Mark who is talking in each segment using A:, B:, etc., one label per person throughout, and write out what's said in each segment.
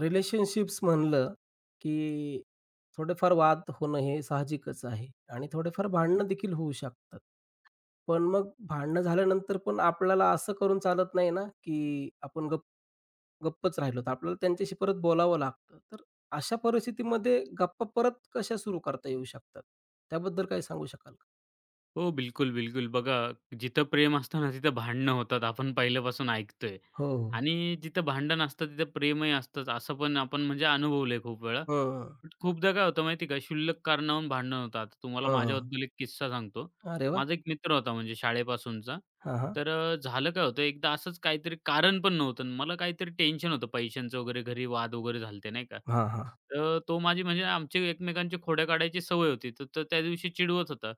A: Relationships म्हणलं, की थोडेफार वाद होणं हे साहजिकच आहे आणि थोडेफार भांडणं देखील होऊ शकतात. पण मग भांडणं झाल्यानंतर पण आपल्याला असं करून चालत नाही ना, की आपण गप्पच राहिलो. तर आपल्याला त्यांच्याशी परत बोलावं लागतं. तर अशा परिस्थितीमध्ये गप्पा परत कशा सुरू करता येऊ शकतात? त्याबद्दल काही सांगू शकाल का?
B: हो, बिलकुल, बिलकुल. बघा, जिथं प्रेम असतं ना, तिथं भांडणं होतात. आपण पहिल्यापासून ऐकतोय
A: हो, हो.
B: आणि जिथं भांडण असतं, तिथं प्रेमही असतंच, असं पण आपण म्हणजे अनुभवलंय खूप वेळा.
A: हं,
B: बट खूपदा काय होतं माहिती आहे का, क्षुल्लक कारणावरून भांडण होतात. तुम्हाला
A: हं,
B: माझ्याबद्दल एक किस्सा सांगतो.
A: अरे वाह!
B: माझा एक मित्र होता म्हणजे शाळेपासूनचा.
A: हां, हां.
B: तर झालं काय होतं एकदा असंच काहीतरी कारण पण नव्हतं आणि मला काहीतरी टेन्शन होतं पैशांचं वगैरे घरी वाद वगैरे झालते नाही का.
A: हां, हां.
B: तर तो माझी म्हणजे आमची एकमेकांची खोड्या काढायची सवय होती. तर तो त्या दिवशी चिडवत होता.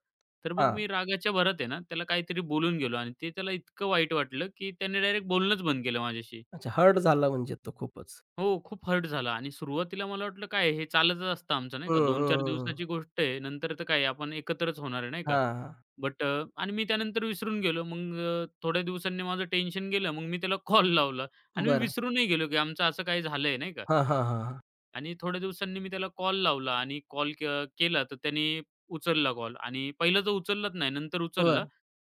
B: तर मग
A: हां.
B: मी रागाच्या भरात आहे ना त्याला काहीतरी बोलून गेलो आणि ते त्याला इतकं वाईट वाटलं, की त्याने डायरेक्ट बोलणंच बंद केलं माझ्याशी.
A: अच्छा हर्ट झाला म्हणजे तो खूपच.
B: हो, खूप हर्ट झाला आणि सुरुवातीला मला वाटलं काय हे चालतच असतं आमचं नाही
A: हं,
B: का,
A: हं,
B: 2-4
A: हं,
B: दिवसाची
A: हं.
B: गोष्ट आहे. नंतर तर काय आपण एकत्रच होणार आहे नाही का.
A: हां,
B: बट आणि मी त्यानंतर विसरून गेलो. मग थोड्या दिवसांनी माझं टेन्शन गेलं. मग मी त्याला कॉल लावला आणि मी
A: बरं.
B: विसरूनही गेलो, की आमचं असं काही झालंय नाही का.
A: हां, हां, हां, हां.
B: आणि थोड्या दिवसांनी मी त्याला कॉल लावला आणि कॉल के केला तर त्याने उचलला कॉल आणि पहिला तर उचललाच नाही, नंतर उचलला
A: बरं.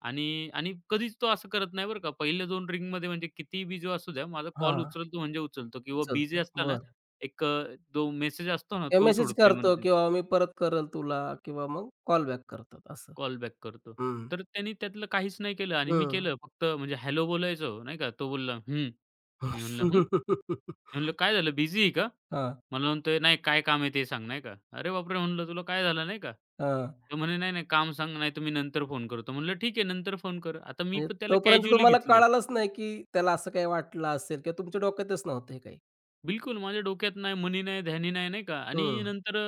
B: आणि आणि कधीच तो असं करत नाही बरं का. पहिल्या 2 रिंगमध्ये म्हणजे किती बिझी असू द्या, माझा
A: हां,
B: कॉल
A: हां.
B: उचलतो म्हणजे उचलतो किंवा बिझी
A: चालतं.
B: असला ना,
A: बरं.
B: एक जो मेसेज असतो ना,
A: किंवा
B: तो
A: मेसेज
B: सोडतो
A: करतो
B: इमर्जन्सी
A: किंवा मी परत करेल तुला किंवा मग कॉल बॅक करतात असं.
B: कॉल बॅक करतो.
A: हं,
B: तर त्याने त्यातलं काहीच नाही केलं आणि मी
A: हं.
B: केलं फक्त म्हणजे हॅलो बोलायचो नाही का. तो बोलला, "हं." मी म्हणलं, "हं?" मी म्हणलं, "काय झालं बिझी आहे का?"
A: हां,
B: मला म्हणतोय, "नाही काय काम आहे ते सांग," नाही का. "अरे बापरे!" म्हणलं, "तुला काय झालं?" नाही का.
A: हां.
B: तो म्हणे, "नाही, नाही काम सांग, नाही तर नंतर फोन करतो." म्हणलं, "ठीक आहे नंतर फोन कर." आता मी
A: म्हणजे
B: पण त्याला
A: तोपर्यंत
B: कॅज्युअली
A: तुम्हाला
B: घेतलं.
A: कळालंच नाही, की त्याला असं काही वाटलं असेल किंवा तुमच्या डोक्यातच नव्हतं हे काही.
B: बिलकुल माझ्या डोक्यात नाही, मनी नाही, ध्यानी नाही, नाही का आणि
A: हं,
B: नंतर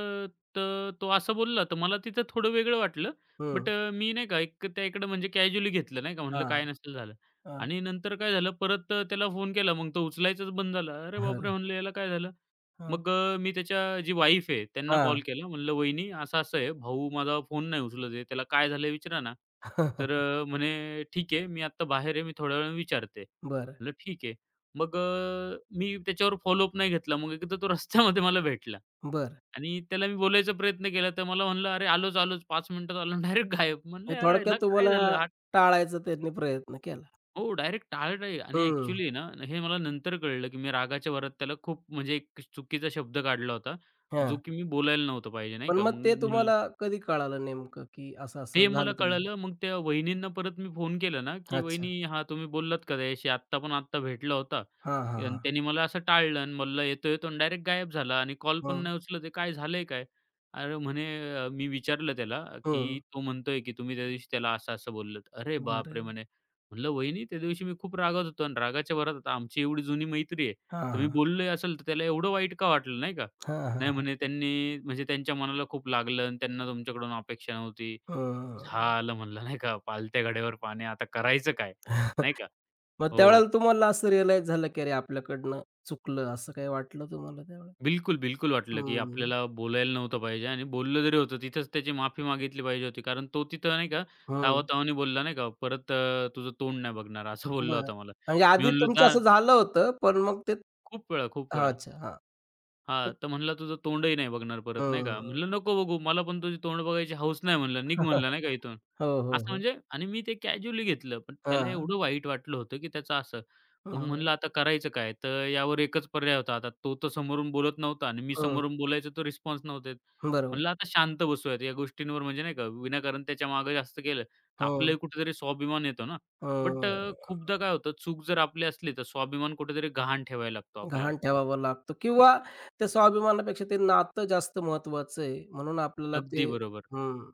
B: तर तो असं बोलला तर मला तिथं थोडं वेगळं वाटलं.
A: हं.
B: बट मी नाही का एक त्याकडे म्हणजे कॅज्युअली घेतलं नाही का. म्हणलं
A: हां,
B: काय नसेल झालं
A: हां.
B: आणि नंतर काय झालं परत त्याला फोन केला मग तो उचलायचाच बंद झाला. "अरे बापरे!"
A: अरे!
B: म्हणलं, "याला काय झालं?"
A: हां,
B: मग मी त्याच्या जी वाईफ आहे त्यांना कॉल
A: हां.
B: केला. म्हणलं, "वहिनी असं-असं आहे. भाऊ माझा फोन नाही उचलत आहे. त्याला काय झालं विचारा ना." तर म्हणे, "ठीक आहे. मी आत्ता बाहेर आहे. मी थोड्या वेळाने विचारते."
A: बरं,
B: म्हणलं, "ठीक आहे." मग मी त्याच्यावर फॉलोअप नाही घेतला. मग एकदा तो रस्त्यामध्ये मला भेटला
A: बरं.
B: आणि त्याला मी बोलायचा प्रयत्न केला. तर मला म्हणलं, "अरे आलोच, आलोच. 5 मिनिटात आलो." डायरेक्ट गायब. म्हणलं,
A: म्हणजे
B: "यार,
A: थोडक्यात
B: ह्याला काय
A: तुम्हाला
B: झालं? हा
A: टाळायचा त्यांनी प्रयत्न केला.
B: हो, डायरेक्ट टाळत आहे आणि
A: हं.
B: ॲक्चुअली ना, हे मला नंतर कळलं, की मी रागाच्या भरात त्याला खूप म्हणजे एक चुकीचा शब्द काढला होता, जो
A: हां.
B: की मी बोलायला नव्हतं पाहिजे, नाही
A: पण
B: का.
A: मग
B: मग
A: ते
B: म्हणलं
A: तुम्हाला कधी कळालं नेमकं, की असं-असं
B: ते मला
A: झालं तुम्ही?
B: कळालं. मग त्या वहिनींना परत मी फोन केला ना, की
A: अच्छा.
B: "वहिनी, हां, तुम्ही बोललात का त्याच्याशी? आत्ता पण आत्ता भेटला होता
A: हां, हां,
B: आणि
A: हां.
B: त्याने मला असं टाळलं आणि बोलला, 'येतो, येतो' आणि डायरेक्ट गायब झाला आणि कॉल पण
A: हं,
B: नाही उचलत आहे. काय झालंय काय?" अरे म्हणे मी विचारलं त्याला,
A: हं.
B: की "तो म्हणतोय की तुम्ही त्या दिवशी त्याला असं-असं बोललात." "अरे
A: बरं
B: बापरे!"
A: आहे.
B: म्हणे. म्हणलं, "वहिनी, त्या दिवशी मी खूप रागात होतो आणि रागाच्या भरात आता आमची एवढी जुनी मैत्री आहे,
A: हां,
B: तर मी
A: हां.
B: बोललोही असेल तर त्याला एवढं वाईट का वाटलं, नाही का?"
A: हां, हां,
B: "नाही,"
A: हां.
B: म्हणे, "त्यांनी म्हणजे त्यांच्या मनाला खूप लागलं आणि त्यांना तुमच्याकडून अपेक्षा नव्हती." "छा"
A: हं.
B: आलं म्हणलं नाही का, "पालत्या घड्यावर पाणी" आता करायचं काय? नाही का?
A: मग
B: हो.
A: त्यावेळेला तुम्हाला असं रिअलाईज झालं, की अरे आपल्याकडनं चुकलं, असं काही वाटलं तुम्हाला त्यावेळेला?
B: बिलकुल, बिलकुल वाटलं, की
A: हं,
B: आपल्याला बोलायला नव्हतं पाहिजे आणि बोललं जरी होतं तिथेच त्याची माफी मागितली पाहिजे होती. कारण तो तिथं नाही का
A: हं.
B: तावातावाने बोलला नाही का, "परत तुझं तोंड नाही बघणार" असं बोलला
A: बरं.
B: होता मला.
A: म्हणजे
B: मी
A: आधी
B: म्हणलो,
A: तुमचं
B: "जा."
A: असं झालं होतं, पण मग ते
B: खूप वेळा, खूप
A: हां,
B: वेळा.
A: अच्छा. हां.
B: हां, तर म्हणला, "तुझं तोंडही नाही बघणार परत," नाही का.
A: हं.
B: म्हणलं, "नको बघू, मला पण तुझी तोंड बघायची हौस नाही," म्हणलं, "निघ," म्हणलं, "नाही का इथून."
A: हो, हो,
B: असं
A: हो.
B: म्हणजे आणि मी ते कॅज्युअली घेतलं. पण त्याला
A: हां.
B: एवढं वाईट वाटलं होतं, की त्याचं असं. मग
A: हं,
B: म्हणलं, "आता करायचं काय?" तर यावर एकच पर्याय होता. आता तो तर समोरून बोलत नव्हता आणि मी
A: हं.
B: समोरून बोलायचो, तर रिस्पॉन्स नव्हते
A: बरोबर.
B: म्हणलं, "आता शांत बसूयात या गोष्टींवर." म्हणजे नाही का, विनाकारण त्याच्या मागे जास्त केलं, तर
A: हं,
B: आपलंही कुठेतरी स्वाभिमान येतो ना. बट
A: हं.
B: खूपदा काय होतं, चूक जर आपली असली, तर स्वाभिमान कुठेतरी गहाण ठेवायला लागतो आपल्याला.
A: गहाण ठेवावा लागतो किंवा त्या स्वाभिमानापेक्षा ते नातं जास्त महत्वाचं आहे. म्हणून आपल्याला
B: अगदी
A: ते
B: बरोबर.
A: हं.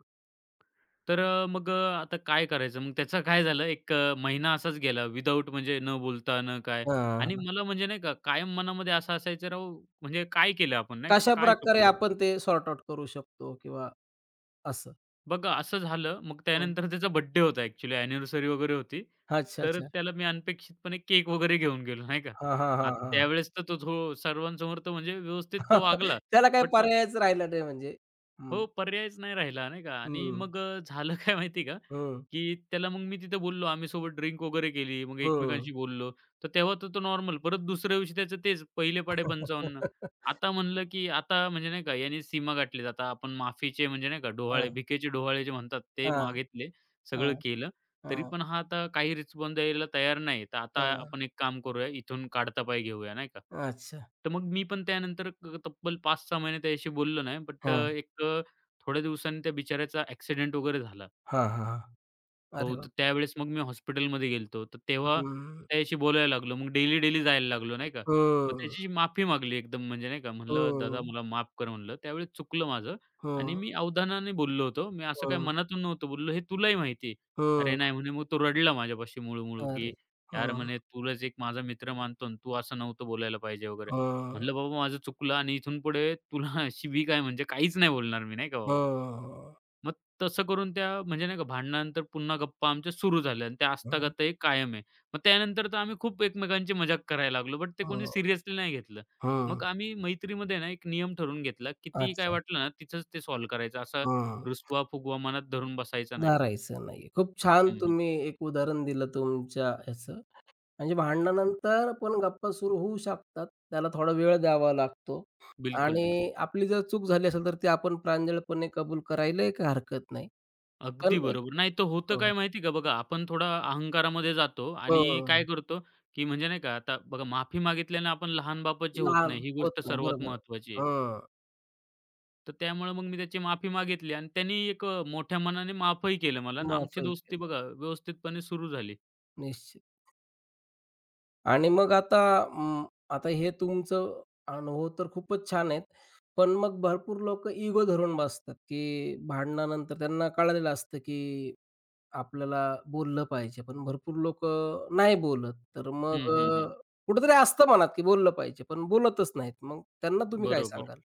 B: तर आता काय करायचं? मग त्याचं काय झालं, एक महिना असाच गेला विदाऊट म्हणजे न बोलता, न काय. आणि
A: हां.
B: मला म्हणजे नाही का कायम मनामध्ये असं असायचं राव, म्हणजे काय केलं आपण नाही का,
A: कशा
B: काय
A: प्रकारे
B: चुकलं?
A: आपण ते सॉर्ट आउट करू शकतो किंवा असं?
B: बघा असं झालं, मग
A: हं.
B: त्यानंतर त्याचा बर्थडे होता ॲक्चुअली अॅनिव्हर्सरी वगैरे होती.
A: अच्छा,
B: तर
A: अच्छा.
B: त्याला मी अनपेक्षितपणे केक वगैरे घेऊन गेलो नाही का.
A: हां, हां, हां,
B: आता
A: हां.
B: त्यावेळेस तर तो सर्वांसमोर तर म्हणजे व्यवस्थित तर वागला.
A: त्याला काही
B: बट
A: पर्यायच राहिला नाही म्हणजे. हं,
B: हो, पर्यायच नाही राहिला नाही का आणि
A: हं,
B: मग झालं काय माहिती आहे का,
A: हं,
B: की त्याला मग मी तिथे बोललो, आम्ही सोबत ड्रिंक वगैरे केली, मग
A: हं.
B: एकमेकांशी बोललो. तर तेव्हा तर तो नॉर्मल. परत दुसऱ्या दिवशी त्याचं तेच पहिले पाढे 55. आता म्हणलं, की आता म्हणजे नाही का याने सीमा गाठली. आता आपण माफीचे म्हणजे नाही का डोहाळे,
A: हां,
B: भिकेचे डोहाळे जे म्हणतात ते
A: हां,
B: मागितले,
A: हां,
B: सगळं केलं.
A: हां,
B: तरी
A: हां.
B: पण हा आता काही रिस्पॉन्स द्यायला तयार नाही. तर आता आपण एक काम करूया, इथून काढता पाय घेऊया नाही का.
A: अच्छा.
B: तर मग मी पण त्यानंतर तब्बल 5-6 महिने त्याच्याशी बोललो नाही. बट
A: हां,
B: एक थोड्या दिवसांनी त्या बिचाऱ्याचा ॲक्सिडेंट वगैरे झाला.
A: हां, हां, हां. अरे
B: हो,
A: वाह!
B: तर त्यावेळेस मग मी हॉस्पिटलमध्ये गेलतो तर तेव्हा
A: हं,
B: त्याच्याशी बोलायला लागलो. मग डेली, डेली जायला लागलो नाही का. मग
A: हं,
B: त्याची माफी मागली एकदम म्हणजे नाही का म्हणलं, "दादा
A: हं,
B: मला माफ कर" म्हणलं. त्यावेळेस चुकलं माझं आणि
A: हं,
B: मी अवधानाने बोललो होतो. मी असं काही
A: हं,
B: मनातून नव्हतो बोललो, "हे तुलाही माहिती "अरे
A: हं.
B: नाही" म्हणे. मग तो रडला माझ्यापाशी मुळू-मुळू, की
A: अरे!
B: "यार"
A: हां,
B: म्हणे, "तुलाच एक माझा मित्र मानतो आणि तू असं नव्हतं बोलायला पाहिजे वगैरे."
A: हां,
B: म्हणलं, "बाबा माझं चुकलं आणि इथून पुढे तुला अशी मी काय म्हणजे काहीच नाही बोलणार मी." नाही का बाबा.
A: हां,
B: मग तसं करून त्या म्हणजे नाही का भांडणानंतर पुन्हा गप्पा आमच्या सुरू झाल्या आणि त्या
A: हां,
B: आस्थागत एक कायम आहे. मग त्यानंतर तर आम्ही खूप एकमेकांची मजाक करायला लागलो, बट ते कोणी
A: हां,
B: सिरियसली नाही घेतलं.
A: हां,
B: मग आम्ही मैत्रीमध्ये ना एक नियम ठरवून घेतला, कितीही काय
A: अच्छा.
B: वाटलं ना तिथंच ते सॉल्व्ह करायचं. असा
A: हां.
B: रुसवा-फुगवा मनात धरून बसायचा नाही.
A: धरायचं नाही. खूप छान
B: हं, हं.
A: तुम्ही एक उदाहरण दिलं तुमच्या ह्याचं. म्हणजे भांडणानंतर पण गप्पा सुरू होऊ शकतात. त्याला थोडा वेळ द्यावा लागतो
B: बिलकुल,
A: आणि
B: बिलकुल.
A: आपली जर चूक झाली असेल, तर ती आपण प्रांजळपणे कबूल करायलाही काही हरकत नाही. पण
B: अगदी
A: एक
B: बरोबर. नाही तर होतं
A: हं,
B: काय माहिती का बघा, आपण थोडा अहंकारामध्ये जातो आणि
A: हं.
B: काय करतो, की म्हणजे नाही का आता बघा माफी मागितल्याने आपण लहान बापाचे होत
A: लहान
B: नाही. ही
A: होत
B: गोष्ट
A: नाही.
B: सर्वात
A: बरोबर आहे.
B: महत्त्वाची आहे.
A: हां.
B: तर त्यामुळे मग मी त्याची माफी मागितली आणि त्यांनी एक मोठ्या मनाने माफही केलं मला आणि आमची
A: माफही
B: दोस्ती
A: केलं.
B: बघा व्यवस्थितपणे सुरू झाली.
A: निश्चित. आणि मग आता अं, आता हे तुमचं अनुभव तर खूपच छान आहेत. पण मग भरपूर लोक इगो धरून बसतात, की भांडणानंतर त्यांना कळलेलं असतं, की आपल्याला बोललं पाहिजे. पण भरपूर लोक नाही बोलत. तर
B: हं,
A: मग
B: हं, हं.
A: कुठेतरी असतं मनात, की बोललं पाहिजे, पण बोलतच नाहीत. मग त्यांना तुम्ही काय
B: बरोबर.
A: सांगाल?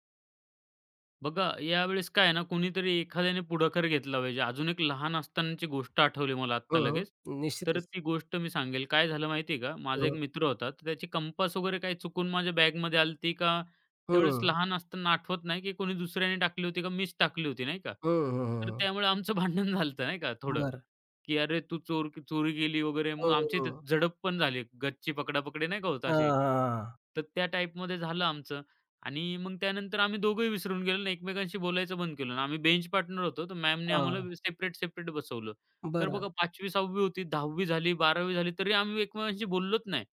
B: बघा, यावेळेस काय आहे ना, कोणीतरी एखाद्याने पुढाकार घेतला पाहिजे. अजून एक लहान असतानाची गोष्ट आठवली मला आत्ता
A: हं,
B: लगेच.
A: हं.
B: तर
A: निश्चितच.
B: ती गोष्ट मी सांगेल. काय झालं माहिती आहे का? माझा एक
A: हं,
B: मित्र होता. तर त्याची कंपास वगैरे काही चुकून माझ्या बॅगमध्ये आली होती का, त्यावेळेस
A: हं.
B: लहान असताना आठवत नाही, की कोणी दुसऱ्याने टाकली होती का मीच टाकली होती, नाही का.
A: हं,
B: तर
A: हं,
B: त्यामुळे आमचं भांडण झालं नाही का थोडं,
A: बरं.
B: की "अरे, तू चोर चोरी केली" वगैरे. मग आमची त्यात
A: हं.
B: झडप पण झाली. गच्ची पकडापकडी नाही का होत
A: हां,
B: अशी.
A: हां, हां.
B: तर त्या टाईपमध्ये झालं आमचं. आणि मग त्यानंतर आम्ही दोघंही विसरून गेलो आणि एकमेकांशी बोलायचं बंद केलं आणि आम्ही बेंच पार्टनर होतो. तर मॅमने आम्हाला
A: हां.
B: सेपरेट, सेपरेट बसवलं. तर
A: बरं.
B: बघा 5वी, 6वी होती, 10वी झाली, 12वी झाली तरी आम्ही एकमेकांशी बोललोच नाही.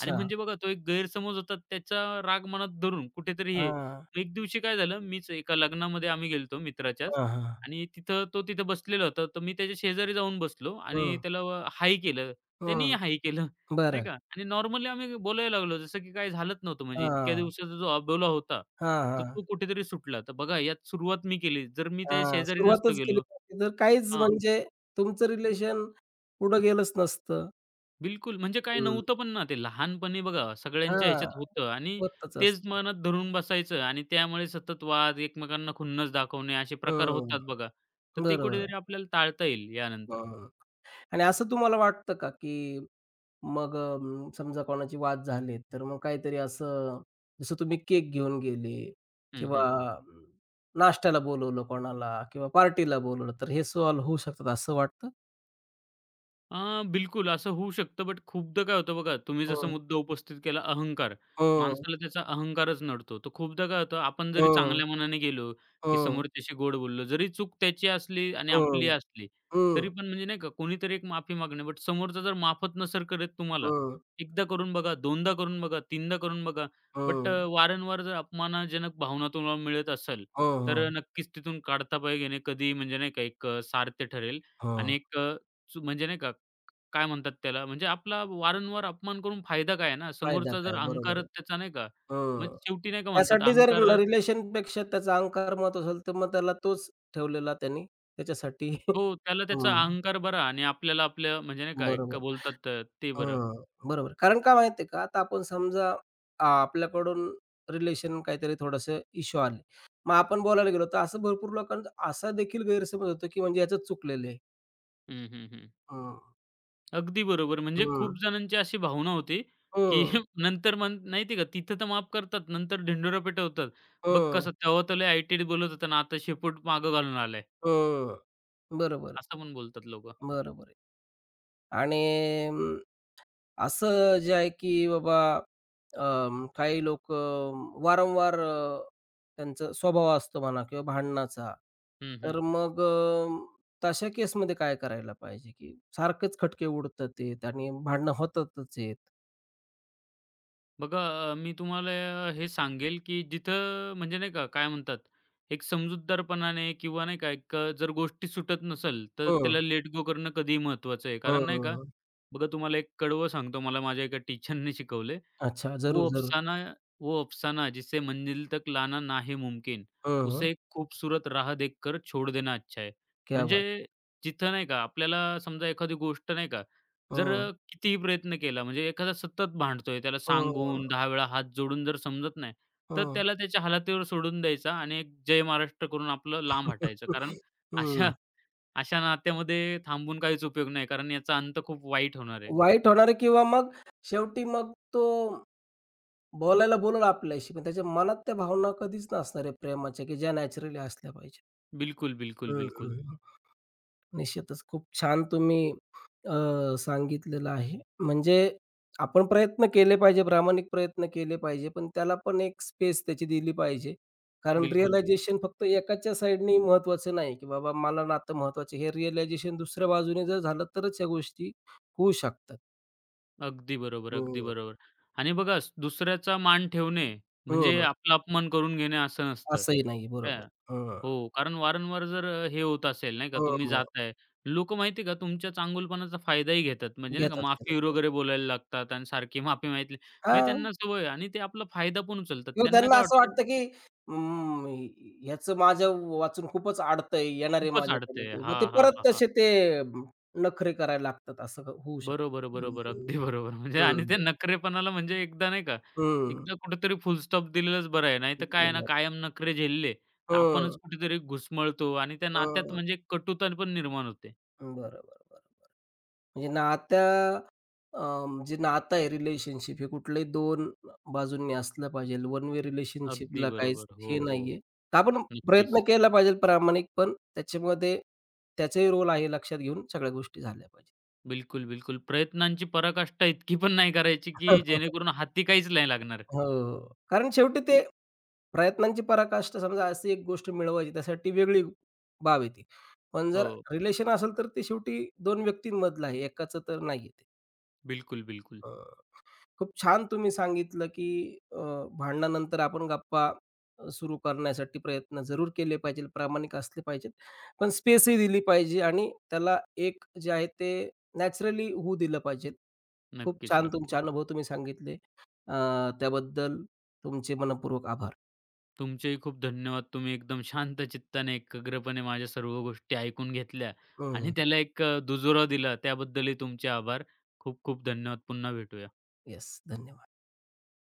B: आणि म्हणजे बघा तो एक गैरसमज होता त्याचा राग मनात धरून कुठेतरी हे
A: हां.
B: एक दिवशी काय झालं मीच एका लग्नामध्ये आम्ही गेलतो मित्राच्याच
A: हां, हां.
B: आणि तिथं तो तिथं बसलेला होता. तर मी त्याच्या शेजारी जाऊन बसलो आणि त्याला हाय केलं. त्यानी
A: हं,
B: हाय केलं. नाही
A: बरं.
B: का? आणि नॉर्मली आम्ही बोलायला लागलो जसं की काही झालंच नव्हतं. म्हणजे इतक्या
A: हां.
B: दिवसाचा जो अबोला होता,
A: हां,
B: तर
A: हां.
B: तो कुठेतरी सुटला. तर बघा यात सुरुवात मी केली. जर मी त्या
A: हां,
B: शेजारी नसतो
A: सुरुवातच केली
B: गेलो
A: नसती तर काहीच
B: हां,
A: म्हणजे तुमचं रिलेशन पुढं गेलंच नसतं.
B: बिलकुल. म्हणजे काय
A: हं.
B: नव्हतं पण ना ते लहानपणी बघा सगळ्यांच्या
A: हां.
B: ह्याच्यात होतं आणि
A: होतच
B: तेच
A: असतं.
B: मनात धरून बसायचं आणि त्यामुळे सतत वाद, एकमेकांना खुन्नस दाखवणे असे प्रकार
A: हं,
B: होतात बघा. तर ते
A: बरोबर आहे.
B: कुठेतरी आपल्याला टाळता येईल यानंतर.
A: हं. आणि असं तुम्हाला वाटतं का, की मग समजा कोणाचे वाद झाले, तर मग काहीतरी असं जसं तुम्ही केक घेऊन गेले
B: हं,
A: किंवा
B: हं.
A: अं, नाश्त्याला बोलवलं कोणाला किंवा पार्टीला बोलवलं, तर हे सॉल्व्ह होऊ शकतात असं वाटतं?
B: बिलकुल असं होऊ शकतं, बट खूपदा काय होतं बघा, तुम्ही जसा
A: हं,
B: मुद्दा उपस्थित केला अहंकार.
A: हं,
B: माणसाला त्याचा अहंकारच नडतो. तर खूपदा काय होतं, आपण जरी
A: हं,
B: चांगल्या मनाने गेलो, की
A: हं.
B: समोरच्याशी गोड बोललो, जरी चूक त्याची असली आणि आपली
A: हं,
B: असली, तरी
A: हं,
B: पण म्हणजे नाही का कोणीतरी एक माफी मागणे. बट समोरचा जर माफच नसेल करत तुम्हाला,
A: हं,
B: एकदा करून बघा, दोनदा करून बघा, तीनदा करून बघा. बट
A: हं,
B: वारंवार जर अपमानजनक भावना तुम्हाला मिळत असेल,
A: हं,
B: तर
A: हं,
B: नक्कीच तिथून काढता पाय घेणे कधी म्हणजे नाही का एक सार्थ ठरेल
A: हं.
B: आणि एक म्हणजे नाही का काय म्हणतात त्याला, म्हणजे आपला वारंवार अपमान करून फायदा काय आहे ना,
A: फायदा
B: समोरचा जर
A: काय? बरोबर आहे.
B: अहंकारच त्याचा नाही का, मग
A: हं.
B: शेवटी नाही का म्हणतात
A: त्यासाठी जर न
B: अहंकाराचा
A: रिलेशनपेक्षा त्याचा अहंकार महत्त्व असेल, तर मग त्याला तोच ठेवलेला त्यांनी त्याच्यासाठी
B: हो, त्याला त्याचा
A: हं,
B: अहंकार बरा आणि आपल्याला आपल्या म्हणजे नाही का एक
A: बरोबर.
B: का बोलतात ते बरं.
A: हं, बरोबर. कारण का माहिती आहे का? आता आपण समजा आ, आपल्याकडून रिलेशन काहीतरी थोडंसं इश्यू आले. मग आपण बोलायला गेलो, तर असं भरपूर लोकांचा असा देखील गैरसमज होतो, की म्हणजे ह्याचं चुकलेलं आहे.
B: हं, हं, हं.
A: हं,
B: अगदी बरोबर. म्हणजे
A: हं,
B: खूप जणांची अशी भावना होती, की
A: हं,
B: नंतर म्हण माहिती आहे का, तिथं तर माफ करतात, नंतर ढिंडोरा पेटवतात. बघ
A: हं,
B: कसं तेव्हा तर लय ऐटीत बोलत होता ना, आता शेपूट मागं घालून आलंय,
A: हं. बरोबर आहे.
B: असं पण बोलतात लोकं.
A: बरोबर आहे. आणि अं, असं जे आहे की बाबा अं, काही लोकं वारंवार त्यांचा स्वभाव असतो म्हणा किंवा भांडणाचा. तर मग तशा केसमध्ये काय करायला पाहिजे? की सारखेच खटके उडतात आहेत आणि भांडणं होतातच आहेत.
B: बघा मी तुम्हाला हे सांगेल, की जिथं म्हणजे नाही का, काय म्हणतात, एक समजूतदारपणाने किंवा नाही का, एक जर गोष्टी सुटत नसेल, तर
A: हं,
B: त्याला लेट गो करणं कधीही महत्त्वाचं आहे.
A: हं,
B: कारण नाही का,
A: हं,
B: बघा तुम्हाला एक कडवं सांगतो, मला माझ्या एका टीचरने शिकवले.
A: अच्छा. जरूर,
B: वो
A: जरूर.
B: अफ़साना वो अफ़साना जिसे मंज़िल तक लाना ना ही मुमकिन,
A: हं, हं.
B: उसे एक खूबसूरत राह देखकर छोड़ देना अच्छा है.
A: क्या
B: म्हणजे
A: बात!
B: जिथं नाही का आपल्याला समजा एखादी गोष्ट नाही का, जर
A: हं,
B: कितीही प्रयत्न केला म्हणजे एखादा सतत भांडतोय, त्याला
A: हं, हं.
B: सांगून 10 वेळा हात जोडून जर समजत नाही, तर
A: हं.
B: त्याला त्याच्या हालातीवर सोडून द्यायचा आणि एक जय महाराष्ट्र करून आपलं लांब हटायचं. कारण अशा अशा नात्यामध्ये थांबून काहीच उपयोग नाही. कारण याचा अंत खूप वाईट होणार आहे.
A: वाईट होणारे किंवा मग शेवटी मग तो बोलायला बोलेल आपल्याशी, पण त्याच्या मनात त्या भावना कधीच नसणार आहे प्रेमाच्या, की ज्या नॅचरली असल्या पाहिजेत.
B: बिलकुल, बिलकुल,
A: हं,
B: बिलकुल.
A: हं, हं. निश्चितच खूप छान तुम्ही अ, सांगितलेलं आहे. म्हणजे आपण प्रयत्न केले पाहिजे, प्रामाणिक प्रयत्न केले पाहिजे, पण त्याला पण एक स्पेस त्याची दिली पाहिजे. कारण हो.
B: बिलकुल,
A: रिअलायझेशन
B: बिलकुल.
A: फक्त एकाच्या साइडनी महत्त्वाचं नाही, की बाबा मला नातं महत्त्वाचं हे रिअलायझेशन दुसऱ्या बाजूने जर झालं तरच या गोष्टी होऊ शकतात.
B: अगदी बरोबर, अगदी
A: हं,
B: बरोबर. आणि बघा दुसऱ्याचा मान ठेवणे म्हणजे
A: हं,
B: आपला अपमान करून घेणे असं नसतं.
A: असंही नाही.
B: काय
A: बरोबर. हं.
B: हो, कारण वारंवार जर हे होत असेल नाही का, तुम्ही
A: हं,
B: जाताय, लोकं माहिती आहे का तुमच्याच चांगुलपणाचा फायदाही घेतात. म्हणजे नाही का
A: घेतात,
B: माफी
A: घेतात.
B: वगैरे बोलायला लागतात आणि सारखी माफी मागितली म्हणजे
A: हां.
B: त्यांना सवय आहे आणि ते आपला फायदा पण उचलतात.
A: किंवा
B: त्यांना
A: त्यांना
B: काय
A: असं
B: वाटतं
A: वाटतं, की अं, ह्याचं माझ्या वाचून खूपच अडतंय, येणार आहे
B: खूपच
A: माझ्याकडे
B: अडतंय.
A: ते. मग
B: हां,
A: ते
B: हां,
A: परत
B: हां, हां.
A: तसे ते अं, नखरे करायला लागतात, असं होऊ शकतं.
B: बरोबर,
A: हं,
B: बरोबर.
A: हं,
B: अगदी बरोबर. म्हणजे
A: हं,
B: आणि त्या
A: हं.
B: नखरेपणाला म्हणजे एकदा नाही का, एकदा कुठेतरी फुलस्टॉप दिलेलंच बरं आहे. नाहीतर काय आहे ना, कायम नखरे झेलले, तर
A: हं.
B: आपणच कुठेतरी घुसमळतो आणि त्या नात्यात
A: हं,
B: म्हणजे एक कटुता पण निर्माण होते.
A: हं. बरोबर. म्हणजे नात्या अं, जे नातं आहे रिलेशनशिप हे कुठलंही 2 बाजूंनी असलं पाहिजे. वन वे
B: अगदी
A: रिलेशनशिपला काहीच
B: बरोबर.
A: हे
B: हो, हो,
A: नाहीये.
B: हो.
A: तर आपण प्रयत्न
B: नक्कीच.
A: केला पाहिजे प्रामाणिक, पण त्याच्यामध्ये त्याचाही रोल आहे लक्षात घेऊन सगळ्या गोष्टी झाल्या पाहिजेत.
B: बिलकुल, बिलकुल. प्रयत्नांची पराकाष्ठा इतकी पण नाही करायची, की जेणेकरून हाती काहीच नाही लागणार.
A: हो. कारण शेवटी ते प्रयत्नांची पराकाष्ठा समजा अशी एक गोष्ट मिळवायची त्यासाठी वेगळी बाब आहे पण जर
B: हो.
A: रिलेशन असेल तर ते शेवटी 2 व्यक्तींमधलं आहे, एकाचं तर नाहीये ते.
B: बिलकुल, बिलकुल.
A: खूप छान तुम्ही सांगितलं, की भांडणानंतर आपण गप्पा सुरू करण्यासाठी प्रयत्न जरूर केले पाहिजेत, प्रामाणिक असले पाहिजेत. पण स्पेसही दिली पाहिजे आणि त्याला एक जे आहे ते नॅचरली होऊ दिलं पाहिजे. खूप
B: नक्कीच,
A: छान तुमचे
B: नक्कीच.
A: अनुभव तुम्ही सांगितले. अ, त्याबद्दल तुमचे मनःपूर्वक आभार.
B: तुमचेही खूप धन्यवाद. तुम्ही एकदम शांत चित्ताने, एकाग्रपणे माझ्या सर्व गोष्टी ऐकून घेतल्या आणि त्याला एक दुजोरा दिला. त्याबद्दलही तुमचे आभार. खूप खूप धन्यवाद. पुन्हा भेटूया.
A: येस. धन्यवाद.